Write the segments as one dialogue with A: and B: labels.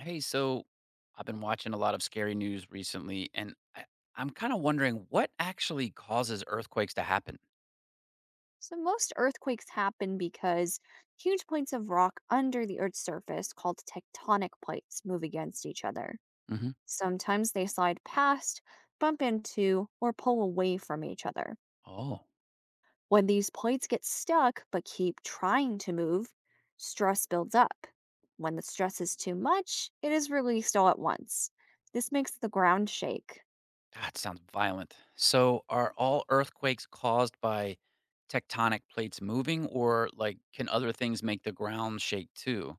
A: Hey, so I've been watching a lot of scary news recently, and I'm kind of wondering what actually causes earthquakes to happen.
B: So, most earthquakes happen because huge points of rock under the Earth's surface, called tectonic plates, move against each other.
A: Hmm.
B: Sometimes they slide past, bump into, or pull away from each other.
A: Oh,
B: When these plates get stuck but keep trying to move, stress builds up. When the stress is too much, it is released all at once. This makes the ground shake.
A: that sounds violent. So, are all earthquakes caused by tectonic plates moving, or like can other things make the ground shake too?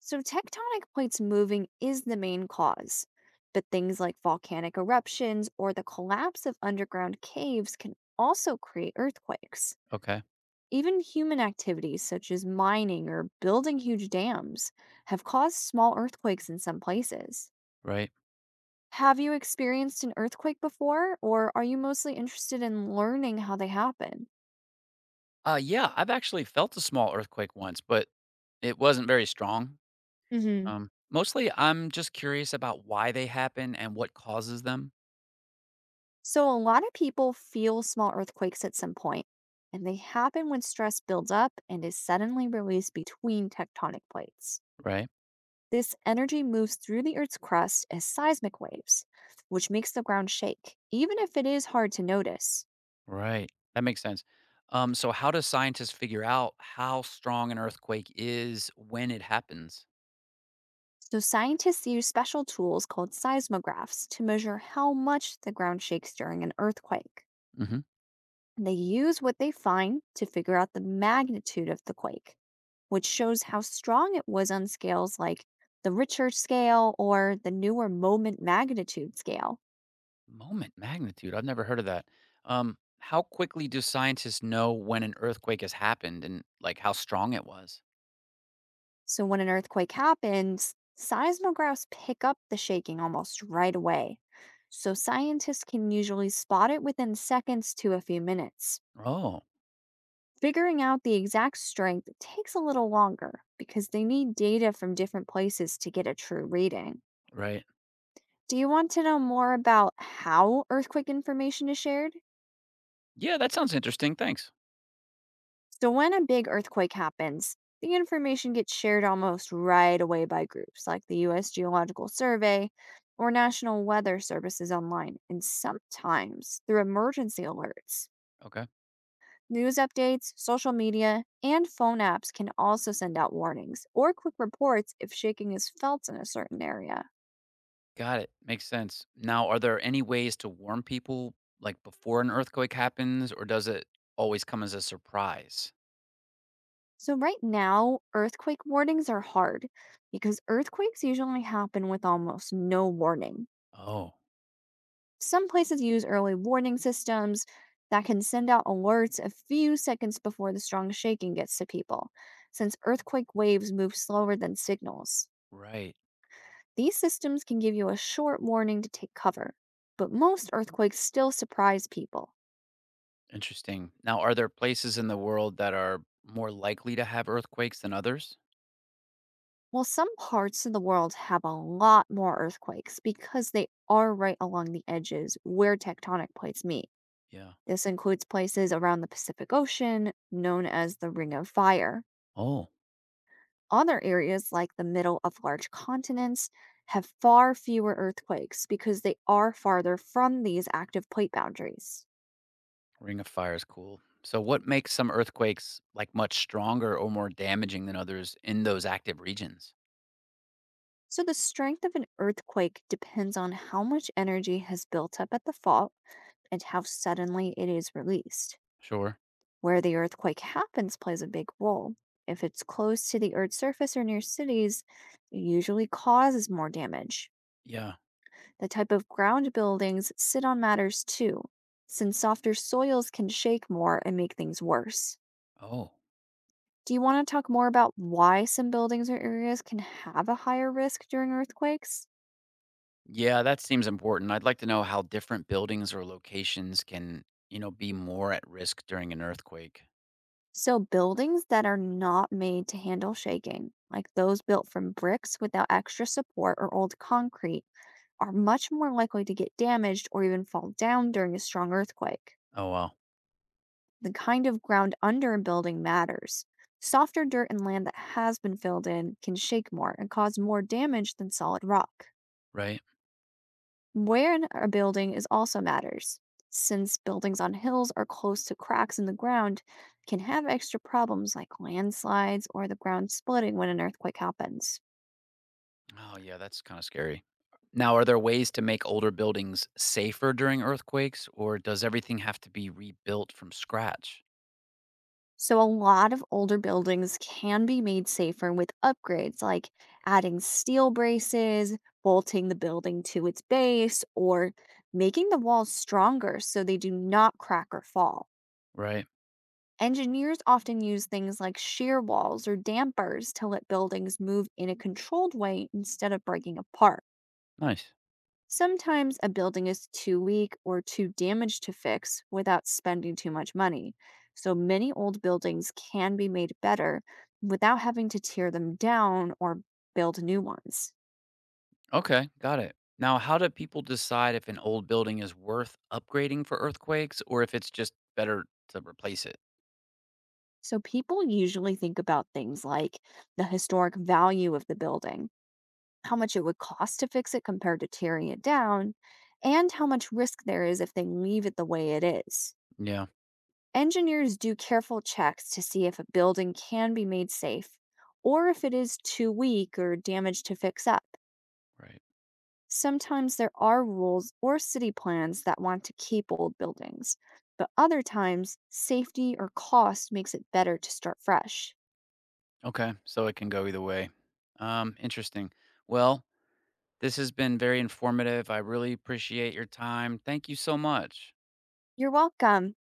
B: So, tectonic plates moving is the main cause, but things like volcanic eruptions or the collapse of underground caves can also create earthquakes.
A: Okay,
B: Even human activities such as mining or building huge dams have caused small earthquakes in some places.
A: right.
B: Have you experienced an earthquake before, or are you mostly interested in learning how they happen?
A: Yeah, I've actually felt a small earthquake once, but it wasn't very strong. Mostly, I'm just curious about why they happen and what causes them.
B: So, a lot of people feel small earthquakes at some point, and they happen when stress builds up and is suddenly released between tectonic plates.
A: Right.
B: This energy moves through the Earth's crust as seismic waves, which makes the ground shake, even if it is hard to notice.
A: Right. That makes sense. So, how do scientists figure out how strong an earthquake is when it happens?
B: So, scientists use special tools called seismographs to measure how much the ground shakes during an earthquake.
A: Hmm.
B: They use what they find to figure out the magnitude of the quake, which shows how strong it was on scales like the Richter scale or the newer moment magnitude scale.
A: Moment magnitude. I've never heard of that. How quickly do scientists know when an earthquake has happened and like how strong it was?
B: So when an earthquake happens, seismographs pick up the shaking almost right away. So scientists can usually spot it within seconds to a few minutes.
A: Oh,
B: Figuring out the exact strength takes a little longer because they need data from different places to get a true reading.
A: right.
B: Do you want to know more about how earthquake information is shared?
A: Yeah, that sounds interesting. Thanks.
B: So, when a big earthquake happens, the information gets shared almost right away by groups like the U.S. Geological Survey or National Weather Services online, and sometimes through emergency alerts.
A: Okay.
B: News updates, social media, and phone apps can also send out warnings or quick reports if shaking is felt in a certain area.
A: Got it. Makes sense. Now, are there any ways to warn people like before an earthquake happens, or does it always come as a surprise?
B: So, right now, earthquake warnings are hard because earthquakes usually happen with almost no warning.
A: Oh,
B: Some places use early warning systems that can send out alerts a few seconds before the strong shaking gets to people, since earthquake waves move slower than signals.
A: right.
B: These systems can give you a short warning to take cover, but most earthquakes still surprise people.
A: Interesting. Now, are there places in the world that are more likely to have earthquakes than others?
B: Well, some parts of the world have a lot more earthquakes because they are right along the edges where tectonic plates meet.
A: Yeah.
B: This includes places around the Pacific Ocean, known as the Ring of Fire.
A: Oh,
B: Other areas, like the middle of large continents, have far fewer earthquakes because they are farther from these active plate boundaries.
A: Ring of Fire is cool. So, what makes some earthquakes like much stronger or more damaging than others in those active regions?
B: So, the strength of an earthquake depends on how much energy has built up at the fault and how suddenly it is released.
A: Sure.
B: Where the earthquake happens plays a big role. If it's close to the Earth's surface or near cities, it usually causes more damage.
A: Yeah.
B: The type of ground buildings sit on matters too, since softer soils can shake more and make things worse.
A: Oh,
B: Do you want to talk more about why some buildings or areas can have a higher risk during earthquakes?
A: yeah. That seems important. I'd like to know how different buildings or locations can, be more at risk during an earthquake.
B: So, buildings that are not made to handle shaking, like those built from bricks without extra support or old concrete, are much more likely to get damaged or even fall down during a strong earthquake.
A: Oh, wow.
B: The kind of ground under a building matters. Softer dirt and land that has been filled in can shake more and cause more damage than solid rock.
A: Right.
B: Where in a building is also matters. Since buildings on hills are close to cracks in the ground, can have extra problems like landslides or the ground splitting when an earthquake happens.
A: Oh, yeah, that's kind of scary. Now, are there ways to make older buildings safer during earthquakes, or does everything have to be rebuilt from scratch?
B: So, a lot of older buildings can be made safer with upgrades like adding steel braces, bolting the building to its base, or making the walls stronger so they do not crack or fall.
A: Right.
B: Engineers often use things like shear walls or dampers to let buildings move in a controlled way instead of breaking apart.
A: Nice.
B: Sometimes a building is too weak or too damaged to fix without spending too much money. So many old buildings can be made better without having to tear them down or build new ones.
A: Okay, got it. Now, how do people decide if an old building is worth upgrading for earthquakes, or if it's just better to replace it?
B: So people usually think about things like the historic value of the building, how much it would cost to fix it compared to tearing it down, and how much risk there is if they leave it the way it is.
A: Yeah,
B: Engineers do careful checks to see if a building can be made safe or if it is too weak or damaged to fix up.
A: right.
B: Sometimes there are rules or city plans that want to keep old buildings, but other times safety or cost makes it better to start fresh.
A: Okay, so it can go either way. Interesting. Well, this has been very informative. I really appreciate your time. Thank you so much.
B: You're welcome.